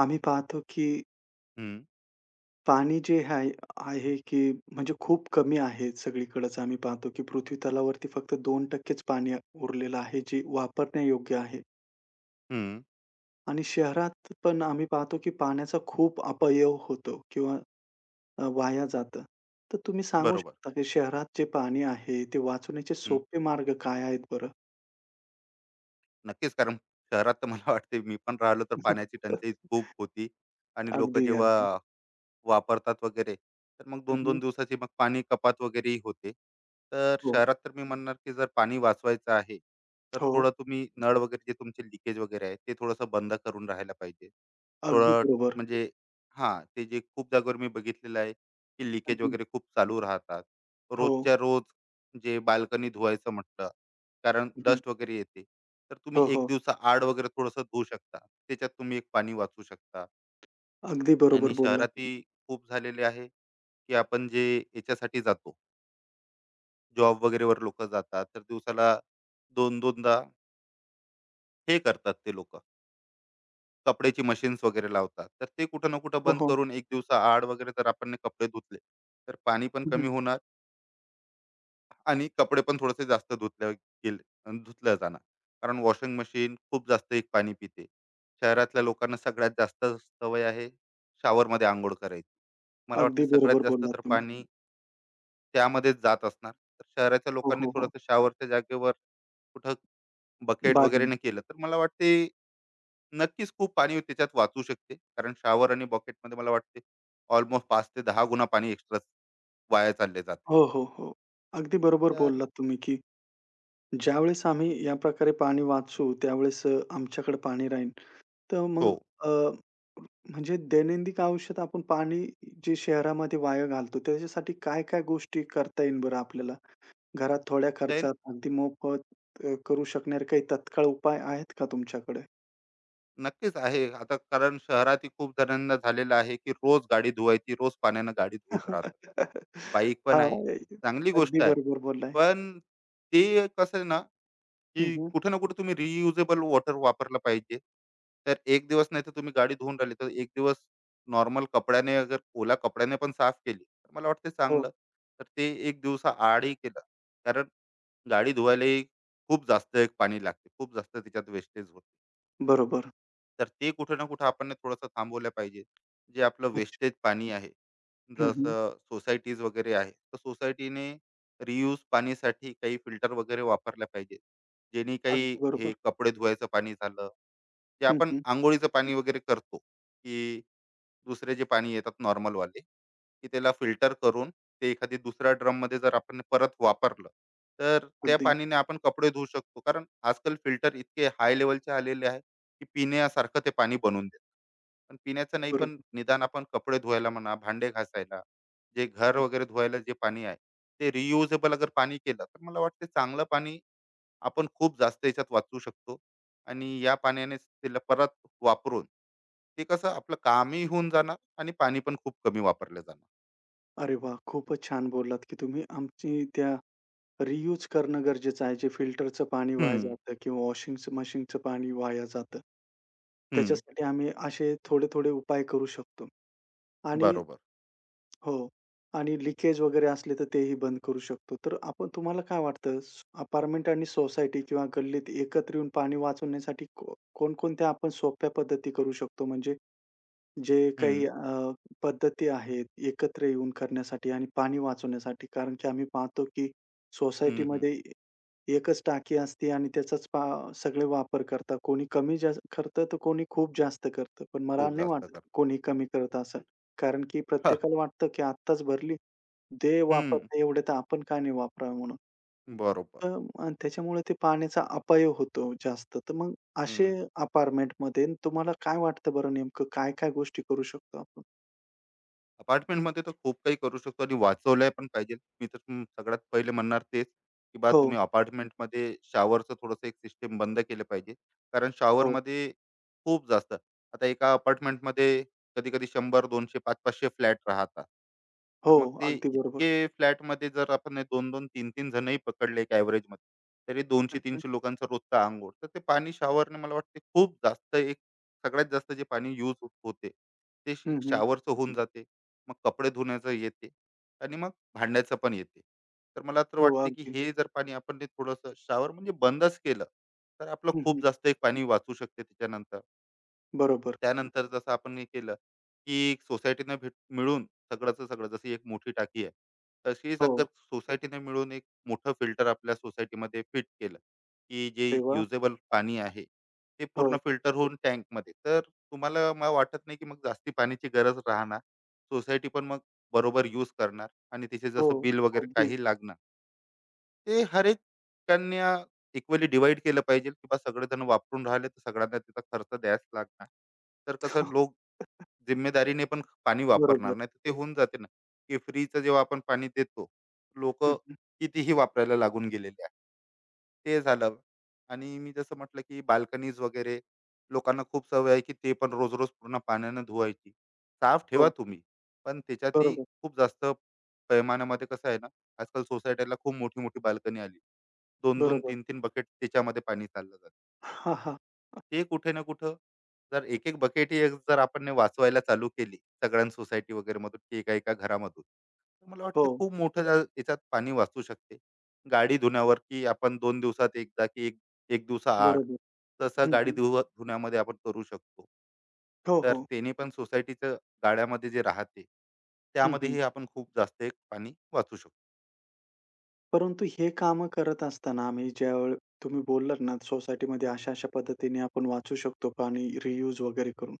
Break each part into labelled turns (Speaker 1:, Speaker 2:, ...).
Speaker 1: आम्ही पाहतो की
Speaker 2: हं,
Speaker 1: पाणी जे आहे आहे की म्हणजे खूप कमी आहे सगळीकडेच. आम्ही पाहतो की पृथ्वी तलावरती फक्त 2%च पाणी उरलेलं आहे, जे वापरण्यायोग्य आहे.
Speaker 2: हं.
Speaker 1: आणि शहरात पण आम्ही पाहतो की पाण्याचा खूप अपव्यय होतो किंवा वाया जातं. तर तुम्ही सांगू
Speaker 2: बरोबर.
Speaker 1: शकता की शहरात जे पाणी आहे, ते वाचवण्याचे
Speaker 2: हं.
Speaker 1: सोपे मार्ग काय आहेत बरं?
Speaker 2: नक्कीच कारण शहरात तर मला वाटते मी पण राहिलो तर पाण्याची टंचाई खूप होती आणि लोकं
Speaker 1: अगदी,
Speaker 2: जेव्हा
Speaker 1: अगदी.
Speaker 2: वापरतात वगैरे. तर मग
Speaker 1: हं,
Speaker 2: 2-2 दिवसाची मग पाणी कपात वगैरेही होते. तर
Speaker 1: हो,
Speaker 2: शहरात तर मी म्हणणार, की जर पाणी वाचवायचं आहे, तर
Speaker 1: हो.
Speaker 2: थोडं तुम्ही नळ वगैरे जे तुमचे लीकेज वगैरे आहे, ते थोडंसं बंद करून राहायला पाहिजे.
Speaker 1: अगदी
Speaker 2: थोडं
Speaker 1: बरोबर.
Speaker 2: म्हणजे ते जे खूप जागेवर मी बघितलेलं आहे, की लीकेज
Speaker 1: हं,
Speaker 2: वगैरे खूप चालू राहतात.
Speaker 1: हो.
Speaker 2: रोजच्या रोज जे बाल्कनी धुवायचं म्हटलं, कारण
Speaker 1: हं,
Speaker 2: डस्ट वगैरे येते. तर तुम्ही
Speaker 1: हो,
Speaker 2: 1
Speaker 1: हो.
Speaker 2: दिवसाआड वगैरे थोडंसं धुवू शकता. त्याच्यात तुम्ही एक पाणी वाचवू शकता
Speaker 1: अगदी बरोबर
Speaker 2: आणि
Speaker 1: बोललात.
Speaker 2: शहरातही खूप झालेले आहे. की आपण जे याच्यासाठी जातो जॉब वगैरेवर लोक जातात तर दिवसाला दोन दोनदा हे करतात ते लोक कपड्याची मशीन्स वगैरे लावतात तर ते कुठं ना कुठं
Speaker 1: हो,
Speaker 2: बंद
Speaker 1: हो.
Speaker 2: करून एक दिवसा आड वगैरे जर आपण ने कपडे धुतले तर पाणी पण
Speaker 1: हं, हं.
Speaker 2: कमी होणार आणि कपडे पण थोडेसे जास्त धुतल्या जाणार कारण वॉशिंग मशीन खूप जास्त एक पाणी पिते. शहरातल्या लोकांना सगळ्यात जास्त सवय आहे shower मध्ये आंघोळ करायची. मला वाटतं
Speaker 1: अगदी
Speaker 2: सगळ्यात
Speaker 1: बरोबर
Speaker 2: जास्त
Speaker 1: बोललात
Speaker 2: तर
Speaker 1: तुम्ही.
Speaker 2: पाणी त्यामध्येच जात असणार. तर शहराच्या
Speaker 1: हो,
Speaker 2: लोकांनी
Speaker 1: हो, हो.
Speaker 2: थोडंसं शॉवरच्या जागेवर कुठं बकेट वगैरे
Speaker 1: बादली.
Speaker 2: नाही केलं, तर मला वाटते नक्कीच खूप पाणी त्याच्यात वाचू शकते. कारण शॉवर आणि बकेटमध्ये मला वाटते अल्मोस्ट 5 ते 10 गुणा पाणी एक्स्ट्राच वाया चालले जाते.
Speaker 1: हो, हो, हो. अगदी बरोबर
Speaker 2: तर
Speaker 1: बोललात तुम्ही, की ज्यावेळेस आम्ही या प्रकारे पाणी वाचवू, त्यावेळेस आमच्याकडे पाणी राहील. तर
Speaker 2: हो,
Speaker 1: मग अ, म्हणजे दैनंदिन आयुष्यात आपण पाणी जे शहरामध्ये वाया घालतो, त्याच्यासाठी काय-काय गोष्टी करता येईल बरं आपल्याला? घरात थोड्या
Speaker 2: देन
Speaker 1: खर्चात अगदी मोफत करू शकणारे काही तत्काळ उपाय आहेत का तुमच्याकडे?
Speaker 2: नक्कीच आहे. आता कारण शहरातही खूप जणांना झालेलं आहे, की रोज गाडी धुवायची, रोज पाण्यानं गाडी धुवत राहतात. बाईक पण
Speaker 1: हां,
Speaker 2: आहे, चांगली गोष्ट
Speaker 1: अगदी
Speaker 2: आहे.
Speaker 1: बरोबर बोललाय.
Speaker 2: पण ते कसं आहे ना,
Speaker 1: हं,
Speaker 2: की
Speaker 1: हं.
Speaker 2: कुठे ना कुठे तुम्ही रियुजेबल वॉटर वापरलं पाहिजे. तर एक दिवस नाही तर तुम्ही गाडी धुवून राहिली, तर एक दिवस नॉर्मल कपड्याने अगर ओला कपड्याने पण साफ केली, तर मला वाटते
Speaker 1: हो,
Speaker 2: चांगलं. तर ते एक दिवसाआडही केलं. कारण गाडी धुवायलाही खूप जास्त एक पाणी लागते. खूप जास्त त्याच्यात वेस्टेज होते.
Speaker 1: बरोबर.
Speaker 2: तर ते कुठे ना कुठे आपण थोडंसं थांबवलं पाहिजे. जे आपलं
Speaker 1: अच्छा.
Speaker 2: वेस्टेज पाणी आहे,
Speaker 1: हं, हं.
Speaker 2: जसं सोसायटीज वगैरे आहे, तर सोसायटीने रियूज पाणीसाठी काही फिल्टर वगैरे वापरल्या पाहिजेत. ज्यांनी काही
Speaker 1: अगदी
Speaker 2: हे
Speaker 1: बरोबर.
Speaker 2: कपडे धुवायचं पाणी झालं, जे
Speaker 1: हं,
Speaker 2: आपण
Speaker 1: हं.
Speaker 2: अंघोळीचं पाणी वगैरे करतो, की दुसरे जे पाणी येतात नॉर्मल वाले, की त्याला फिल्टर करून ते एखादी दुसऱ्या ड्रममध्ये जर आपण परत वापरलं, तर त्या
Speaker 1: अगदी
Speaker 2: पाणीने आपण कपडे धुवू शकतो. कारण आजकाल फिल्टर इतके हाय लेव्हलचे आलेले आहे, की पिण्यासारखं ते पाणी बनवून देतं. पण पिण्याचं नाही, पण
Speaker 1: बरोबर.
Speaker 2: निदान आपण कपडे धुवायला म्हणा, भांडे घासायला, जे घर
Speaker 1: हं.
Speaker 2: वगैरे धुवायला जे पाणी आहे, ते रियुजेबल अगर पाणी केलं, तर मला वाटते चांगलं पाणी आपण खूप जास्त याच्यात वाचू शकतो. आणि या पाण्याने त्याला परत वापरून ते कसं आपलं कामही होऊन जाणार आणि पाणी पण खूप कमी वापरलं जाणार.
Speaker 1: अरे वाह! खूपच छान बोललात, की तुम्ही आमची त्या रियूज करणं गरजेचं आहे. जे फिल्टरचं पाणी वाया
Speaker 2: हम्म.
Speaker 1: जातं किंवा वॉशिंगचं मशीनचं पाणी वाया जातं.
Speaker 2: हम्म.
Speaker 1: त्याच्यासाठी आम्ही असे थोडे-थोडे उपाय करू शकतो. आणि
Speaker 2: बरोबर.
Speaker 1: हो. आणि लीकेज वगैरे असले तर तेही बंद करू शकतो. तर आपण तुम्हाला काय वाटतं स अपार्टमेंट आणि सोसायटी किंवा गल्लीत एकत्र येऊन पाणी वाचवण्यासाठी को कोणकोणत्या आपण सोप्या पद्धती करू शकतो? म्हणजे जे काही
Speaker 2: हम्म.
Speaker 1: पद्धती आहेत एकत्र येऊन करण्यासाठी आणि पाणी वाचवण्यासाठी. कारण की आम्ही पाहतो की
Speaker 2: हम्म. हम्म.
Speaker 1: सोसायटीमध्ये एकच टाकी असते आणि त्याचाच पा सगळे वापर करतात. कोणी कमी जास्त करतं, तर कोणी खूप जास्त करतं. पण मला
Speaker 2: खूप
Speaker 1: नाही
Speaker 2: जास्त
Speaker 1: वाटत
Speaker 2: कर
Speaker 1: की कोणी कमी करत असेल. कारण की प्रत्येकाला वाटतं की आत्ताच भरली, ते
Speaker 2: हम्म.
Speaker 1: वापरते एवढे तर आपण का नाही वापरावे म्हणून.
Speaker 2: बरोबर.
Speaker 1: तर त्याच्यामुळे ते पाण्याचा अपव्यय होतो जास्त. तर मग असे
Speaker 2: हम्म.
Speaker 1: अपार्टमेंटमध्ये तुम्हाला काय वाटतं बरं नेमकं काय-काय गोष्टी करू शकतो आपण?
Speaker 2: अपार्टमेंटमध्ये तर खूप काही करू शकतो आणि वाचवलंय पण पाहिजे. मी तर सगळ्यात पहिले म्हणणार तेच, की बा
Speaker 1: हो,
Speaker 2: तुम्ही अपार्टमेंटमध्ये शॉवरचं थोडंसं एक सिस्टम बंद केलं पाहिजे. कारण
Speaker 1: हो,
Speaker 2: शॉवरमध्ये खूप जास्त आता एका अपार्टमेंटमध्ये कधी-कधी 100, 200, 500-500 फ्लॅट राहतात. तर
Speaker 1: हो.
Speaker 2: मग ते
Speaker 1: अगदी बरोबर.
Speaker 2: इतके फ्लॅटमध्ये जर आपण 2 3 जणही पकडले एक ॲव्हरेजमध्ये, तरी
Speaker 1: हं, हं.
Speaker 2: 200-300 लोकांचा रोजचा अंघोळ. तर ते पाणी शॉवरने मला वाटते खूप जास्त एक सगळ्यात जास्त जे पाणी यूज होते, ते
Speaker 1: हं,
Speaker 2: एक
Speaker 1: हं.
Speaker 2: शॉवरचं होऊन जाते. मग कपडे धुण्याचं येते आणि मग भांड्याचं पण येते. तर मला तर
Speaker 1: हो,
Speaker 2: वाटते, की
Speaker 1: अगदी.
Speaker 2: हे जर पाणी आपण ते थोडंसं शॉवर म्हणजे बंदच केलं, तर आपलं
Speaker 1: हं, हं.
Speaker 2: खूप जास्त एक पाणी वाचू शकते त्याच्यानंतर.
Speaker 1: बरोबर.
Speaker 2: त्यानंतर जसं आपण हे केलं, की सोसायटीने मिळून सगळंचं सगळं जशी एक मोठी टाकी आहे, तशीच
Speaker 1: हो.
Speaker 2: अगर सोसायटीने मिळून एक मोठं फिल्टर आपल्या सोसायटीमध्ये फिट केलं, की जे
Speaker 1: अरे वाह!
Speaker 2: युजेबल पाणी आहे, ते पूर्ण
Speaker 1: हो,
Speaker 2: फिल्टर होऊन टँकमध्ये. तर मला वाटत नाही, की मग जास्ती पाण्याची गरज राहणार. सोसायटी पण मग बरोबर यूज करणार आणि तिचे
Speaker 1: हो.
Speaker 2: जसं बिल वगैरे
Speaker 1: अगदीच.
Speaker 2: काही लागणार ते हर एक कन्या इक्वली डिवाइड केलं पाहिजे, की बा सगळेजण वापरून राहिले तर सगळ्यांना त्याचा खर्च द्यायच लागणार. तर कसं लोक जिम्मेदारीने पण पाणी वापरणार
Speaker 1: बरोबर.
Speaker 2: नाही तर ते होऊन जाते ना, की फ्रीचं जेव्हा आपण पाणी देतो लोक
Speaker 1: हं, हं.
Speaker 2: कितीही वापरायला लागून गेलेले आहे. ते झालं. आणि मी जसं म्हटलं की बाल्कनीज वगैरे लोकांना खूप सवय आहे की ते पण रोज-रोज पूर्ण पाण्यानं धुवायची. साफ ठेवा
Speaker 1: हो.
Speaker 2: तुम्ही, पण त्याच्यातही
Speaker 1: बरोबर,
Speaker 2: खूप जास्त पैमानामध्ये कसं आहे ना, आजकाल सोसायटीला खूप मोठी-मोठी बाल्कनी आली. 2-2,
Speaker 1: बरोबर.
Speaker 2: 3-3 बकेट त्याच्यामध्ये पाणी चाललं जातं.
Speaker 1: हां, हां.
Speaker 2: ते कुठे ना कुठं जर एक-एक बकेट ही जर आपण ने वाचवायला चालू केली सगळ्या सोसायटी वगैरेमधून की एका-एका घरामधून, मला वाटतं
Speaker 1: हो.
Speaker 2: खूप मोठं याच्यात पाणी वाचू शकते. गाडी धुण्यावर की आपण दोन दिवसात एकदा की एक एक दिवसाआड
Speaker 1: बरोबर.
Speaker 2: तसं
Speaker 1: हं,
Speaker 2: गाडी
Speaker 1: हं.
Speaker 2: धुण्यामध्ये आपण करू शकतो.
Speaker 1: हो,
Speaker 2: तर
Speaker 1: हो.
Speaker 2: त्याने पण सोसायटीचं गाड्यामध्ये जे राहते
Speaker 1: हं, हं.
Speaker 2: त्यामध्येही आपण खूप जास्त एक पाणी वाचू शकतो.
Speaker 1: परंतु हे कामं करत असताना आम्ही ज्यावेळी तुम्ही बोललात ना, सोसायटीमध्ये अशा-अशा पद्धतीने आपण वाचू शकतो पाणी रियूज वगैरे करून.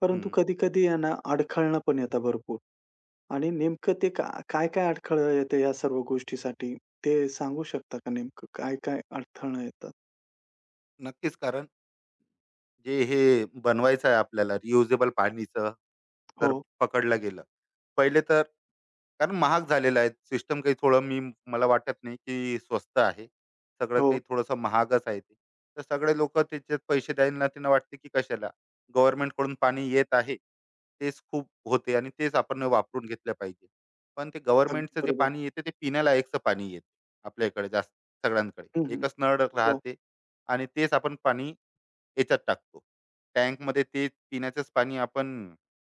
Speaker 1: परंतु
Speaker 2: हम्म.
Speaker 1: कधी-कधी आहे ना, अडखळणं पण येतं भरपूर आणि नेमकं ते का काय-काय अडखळं येतं या सर्व गोष्टीसाठी? ते सांगू शकता का नेमकं काय-काय अडथळणं येतात?
Speaker 2: नक्कीच कारण जे हे बनवायचं आहे आपल्याला रियुजेबल पाणीचं
Speaker 1: हो,
Speaker 2: जर पकडलं गेलं. पहिले तर कारण महाग झालेलं आहे. सिस्टम काही थोडं मला वाटत नाही की स्वस्त आहे. सगळं
Speaker 1: हो.
Speaker 2: काही थोडंसं महागच आहे ते. तर सगळे लोकं त्याच्यात पैसे द्यायला त्यांना वाटते की कशाला? गव्हर्नमेंटकडून पाणी येत आहे. तेच खूप होते आणि तेच आपण वापरून घेतलं पाहिजे. पण ते
Speaker 1: अगदी
Speaker 2: गव्हर्नमेंटचं जे
Speaker 1: बरोबर.
Speaker 2: पाणी येते ते पिण्यालायकचं पाणी येते आपल्याकडे जास्त सगळ्यांकडे.
Speaker 1: हं, हं.
Speaker 2: एकच नळ
Speaker 1: हो,
Speaker 2: राहते आणि तेच आपण पाणी याच्यात टाकतो. टँकमध्ये ते पिण्याचंच पाणी आपण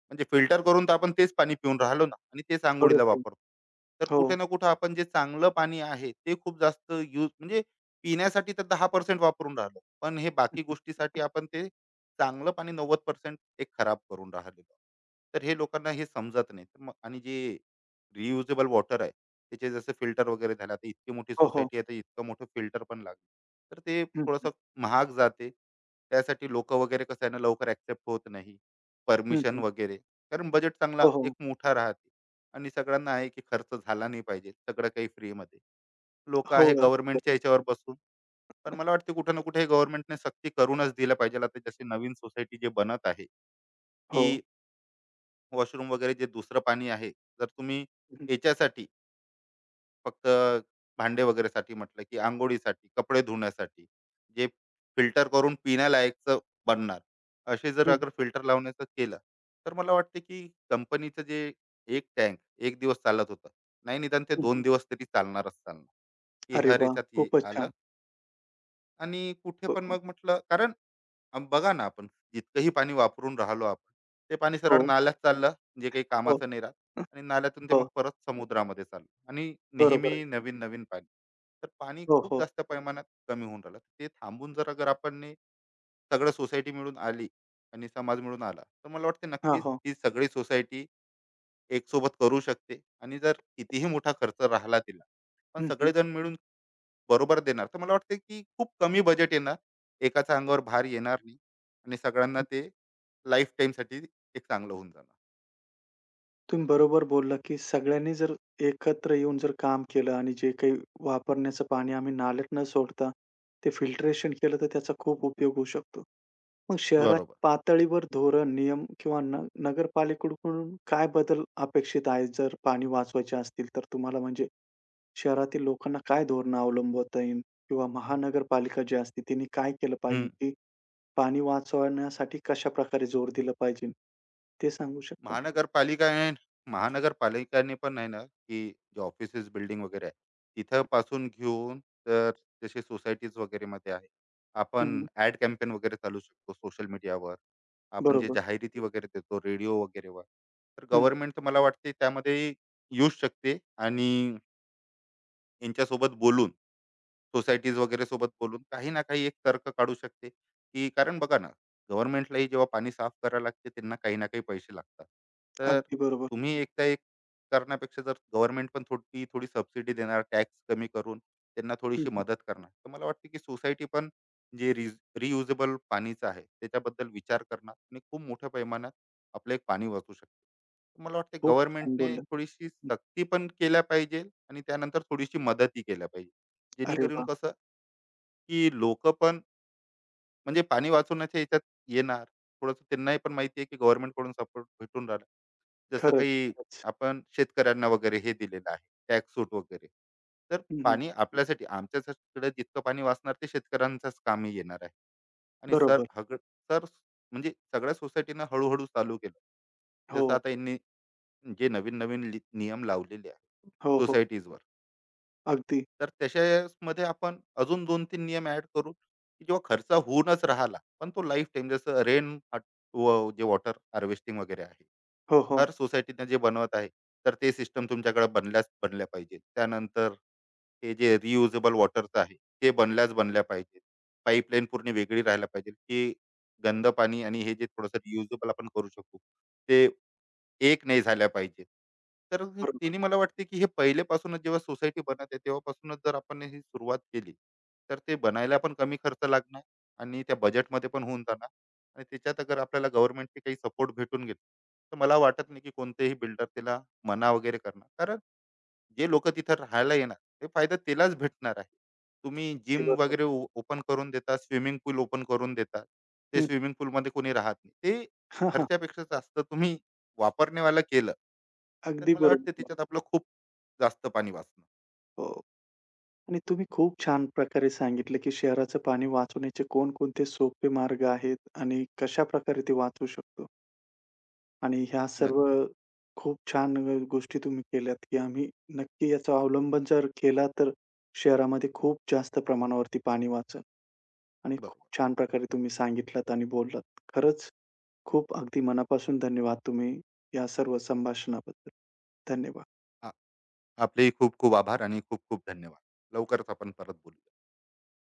Speaker 2: म्हणजे फिल्टर करून तर आपण तेच पाणी पिऊन राहिलो ना आणि तेच अंघोळीला
Speaker 1: बरोबर आहे.
Speaker 2: वापरतो. तर
Speaker 1: हो,
Speaker 2: कुठे ना कुठे आपण जे चांगलं पाणी आहे ते खूप जास्त यूज म्हणजे पिण्यासाठी तर 10% वापरून राहिलो. पण हे बाकी गोष्टीसाठी आपण ते चांगलं पाणी 90% ते खराब करून राहिलेलो. तर हे लोकांना हे समजत नाही. तर मग आणि जे रियुजेबल वॉटर आहे, त्याचे जसे फिल्टर वगैरे झाले. आता इतकी मोठी
Speaker 1: हो, हो.
Speaker 2: सोसायटी आहे, तर इतकं मोठं फिल्टर पण लागलं. तर ते
Speaker 1: हं, हं.
Speaker 2: थोडंसं महाग जाते. त्यासाठी लोकं वगैरे कसं आहे ना लवकर ॲक्सेप्ट होत नाही.
Speaker 1: हं,
Speaker 2: परमिशन
Speaker 1: हं.
Speaker 2: वगैरे. कारण बजेट चांगला
Speaker 1: हो, हो.
Speaker 2: एक मोठा राहते आणि सगळ्यांना आहे की खर्च झाला नाही पाहिजे. सगळं काही फ्रीमध्ये. लोकं
Speaker 1: हो,
Speaker 2: आहे
Speaker 1: अगदी
Speaker 2: गव्हर्नमेंटच्या ह्याच्यावर
Speaker 1: बरोबर.
Speaker 2: बसून. पण मला वाटते कुठे ना कुठे गव्हर्नमेंटने सक्ती करूनच दिलं पाहिजे. आता जशी नवीन सोसायटी जे बनत आहे,
Speaker 1: हो.
Speaker 2: की वॉशरूम वगैरे जे दुसरं पाणी आहे, जर तुम्ही
Speaker 1: हं, हं.
Speaker 2: याच्यासाठी फक्त भांडे वगैरेसाठी म्हटलं, की अंघोळीसाठी, कपडे धुण्यासाठी, जे फिल्टर करून पिण्यालायकचं बनणार. असे जर अगर फिल्टर लावण्याचं केलं, तर मला वाटते, की कंपनीचं जे एक टँक एक दिवस चालत होतं. नाही निदान ते
Speaker 1: हं,
Speaker 2: 2 दिवस तरी चालणारच चालणार, की
Speaker 1: अरे
Speaker 2: हर
Speaker 1: वाह!
Speaker 2: ह्याच्यात
Speaker 1: खूपच छान.
Speaker 2: आलं. आणि कुठे पण मग म्हटलं कारण बघा ना आपण जितकंही पाणी वापरून राहिलो आपण ते पाणी सरळ
Speaker 1: हो,
Speaker 2: नाल्यात चाललं जे काही
Speaker 1: हो.
Speaker 2: कामाचं नाही राहत. आणि नाल्यातून ते
Speaker 1: हो,
Speaker 2: मग परत समुद्रामध्ये चाललं आणि
Speaker 1: बरोबर आहे.
Speaker 2: नेहमी नवीन नवीन पाणी. तर पाणी
Speaker 1: हो,
Speaker 2: खूप
Speaker 1: हो.
Speaker 2: जास्त प्रमाणात कमी होऊन राहिलं ते थांबून जर अगर आपण ने सगळं सोसायटी मिळून आली आणि समाज मिळून आला तर मला वाटते
Speaker 1: हां,
Speaker 2: नक्कीच
Speaker 1: हो.
Speaker 2: ही सगळी सोसायटी एक सोबत करू शकते. आणि जर कितीही मोठा खर्च राहिला तिला पण
Speaker 1: हं, हं.
Speaker 2: सगळेजण मिळून बरोबर देणार. तर मला वाटतं की खूप कमी बजेट येणार. एकाच्या अंगावर भार येणार नाही आणि सगळ्यांना
Speaker 1: हं,
Speaker 2: ते लाईफ टाईमसाठी एक चांगलं होऊन जाणार.
Speaker 1: तुम्ही बरोबर बोलला, की सगळ्यांनी जर एकत्र येऊन जर काम केलं आणि जे काही वापरण्याचं पाणी आम्ही नाल्यात न सोडता ते फिल्ट्रेशन केलं, तर त्याचा खूप उपयोग होऊ शकतो. मग
Speaker 2: बरोबर.
Speaker 1: शहराच्या पातळीवर धोरण, नियम किंवा न नगरपालिकेकडून काय बदल अपेक्षित आहे? जर पाणी वाचवायचे असतील तर तुम्हाला म्हणजे शहरातील लोकांना काय धोरणं अवलंबवता येईल? किंवा महानगरपालिका जी असते तिने काय केलं पाहिजे?
Speaker 2: हं.
Speaker 1: की पाणी वाचवण्यासाठी कशाप्रकारे जोर दिला पाहिजे? ते सांगू शकता?
Speaker 2: महानगरपालिका आहे महानगरपालिकाने पण आहे ना, की जे ऑफिसेस बिल्डिंग वगैरे आहे, तिथपासून घेऊन तर जसे सोसायटीज वगैरेमध्ये आहे.
Speaker 1: हं, हं.
Speaker 2: आपण ॲड कॅम्पेन वगैरे चालू शकतो सोशल मीडियावर. आपण जे
Speaker 1: बरोबर.
Speaker 2: जाहिराती वगैरे देतो रेडिओ वगैरेवर. तर
Speaker 1: हं.
Speaker 2: गव्हर्नमेंट मला वाटते त्यामध्ये येऊच शकते आणि यांच्यासोबत बोलून सोसायटीज वगैरे सोबत बोलून काही ना काही एक तर्क काढू शकते की कारण बघा ना गव्हर्नमेंटलाही जेव्हा पाणी साफ करायला लागते त्यांना काही ना काही पैसे लागतात. तर
Speaker 1: अगदी बरोबर.
Speaker 2: तुम्ही एकदा एक करण्यापेक्षा जर गव्हर्नमेंट पण थोडी थोडी सबसिडी देणार टॅक्स कमी करून त्यांना
Speaker 1: हं,
Speaker 2: थोडीशी
Speaker 1: हं.
Speaker 2: मदत करणार तर मला वाटतं की सोसायटी पण जे रियुजेबल पाणीचं आहे त्याच्याबद्दल विचार करणार आणि खूप मोठ्या पैमानात आपलं एक पाणी वाचू शकते. मला वाटते
Speaker 1: खूप छान
Speaker 2: गव्हर्नमेंटने
Speaker 1: बोललात.
Speaker 2: थोडीशी
Speaker 1: हं.
Speaker 2: सक्ती पण केल्या पाहिजे. आणि त्यानंतर थोडीशी मदतही केल्या पाहिजे
Speaker 1: अरे
Speaker 2: जेणेकरून
Speaker 1: वाह!
Speaker 2: कसं, की लोकं पण म्हणजे पाणी वाचवण्याच्या ह्याच्यात येणार. थोडंसं त्यांनाही पण माहिती आहे, की गव्हर्नमेंटकडून सपोर्ट भेटून राहिला. जसं
Speaker 1: खरंच,
Speaker 2: काही
Speaker 1: खरंच.
Speaker 2: आपण शेतकऱ्यांना वगैरे हे दिलेलं आहे, टॅक्स सूट वगैरे. तर
Speaker 1: हं, हं.
Speaker 2: पाणी आपल्यासाठी आमच्याकडे जितकं पाणी वाचणार ते शेतकऱ्यांच्याच कामी येणार आहे. आणि
Speaker 1: बरोबर.
Speaker 2: सर म्हणजे सगळ्या सोसायटीनं हळू चालू केलं. जसं
Speaker 1: हो,
Speaker 2: आता यांनी जे नवीन-नवीन नियम लावलेले
Speaker 1: हो,
Speaker 2: आहेत
Speaker 1: हो.
Speaker 2: सोसायटीजवर.
Speaker 1: अगदी.
Speaker 2: तर त्याच्यामध्ये आपण अजून 2-3 नियम ॲड करू, की जेव्हा खर्च होऊनच राहिला, पण तो लाईफ टाईम जसं रेन व जे वॉटर हार्वेस्टिंग वगैरे आहे.
Speaker 1: हो, हो.
Speaker 2: हर सोसायटीनं जे बनवत आहे, तर ते सिस्टम तुमच्याकडे बनल्याच बनल्या पाहिजेत. त्यानंतर हे जे रियुजेबल वॉटरचं आहे, ते बनल्याच बनल्या पाहिजेत. पाईपलाईन पूर्ण वेगळी राहायला पाहिजे, की गंद पाणी आणि हे जे थोडंसं रियुजेबल आपण करू शकू, ते एक नाही झाल्या पाहिजे. तर
Speaker 1: बरोबर.
Speaker 2: तिने मला वाटते, की हे पहिलेपासूनच जेव्हा सोसायटी बनत आहे, तेव्हापासूनच जर आपण ही सुरुवात केली, तर ते बनायला पण कमी खर्च लागणार आणि त्या बजेटमध्ये पण होऊन जाणार आणि त्याच्यात अगर आपल्याला गव्हर्नमेंटचे काही सपोर्ट भेटून गेले, तर मला वाटत नाही, की कोणतेही बिल्डर त्याला मना वगैरे करणार. कारण जे लोक तिथं राहायला येणार ते फायदा त्यालाच भेटणार आहे. तुम्ही
Speaker 1: अगदी
Speaker 2: जिम
Speaker 1: बरोबर.
Speaker 2: वगैरे ओपन करून देता स्विमिंग पूल ओपन करून देता ते
Speaker 1: हं.
Speaker 2: स्विमिंग पूल मध्ये कोणी राहत नाही ते
Speaker 1: हां, हां.
Speaker 2: खर्चापेक्षा जास्त तुम्ही वापरणेवाला केलं. तर
Speaker 1: अगदी
Speaker 2: मला
Speaker 1: बरोबर.
Speaker 2: वाटतं त्याच्यात आपलं खूप जास्त पाणी वाचणं.
Speaker 1: हो आणि तुम्ही खूप छान प्रकारे सांगितलं, की शहराचं पाणी वाचवण्याचे कोणकोणते सोपे मार्ग आहेत आणि कशाप्रकारे ते वाचवू शकतो. आणि ह्या सर्व
Speaker 2: नक्की.
Speaker 1: खूप छान गोष्टी तुम्ही केल्यात, की आम्ही नक्की याचा अवलंबन जर केला, तर शहरामध्ये खूप जास्त प्रमाणावरती पाणी वाचेल. आणि
Speaker 2: बरोबर.
Speaker 1: खूप छान प्रकारे तुम्ही सांगितलात आणि बोललात. खरंच खूप अगदी मनापासून धन्यवाद तुम्ही या सर्व संभाषणाबद्दल. धन्यवाद.
Speaker 2: आ- आपलेही खूप खूप आभार आणि खूप खूप धन्यवाद लवकरच आपण परत बोलू.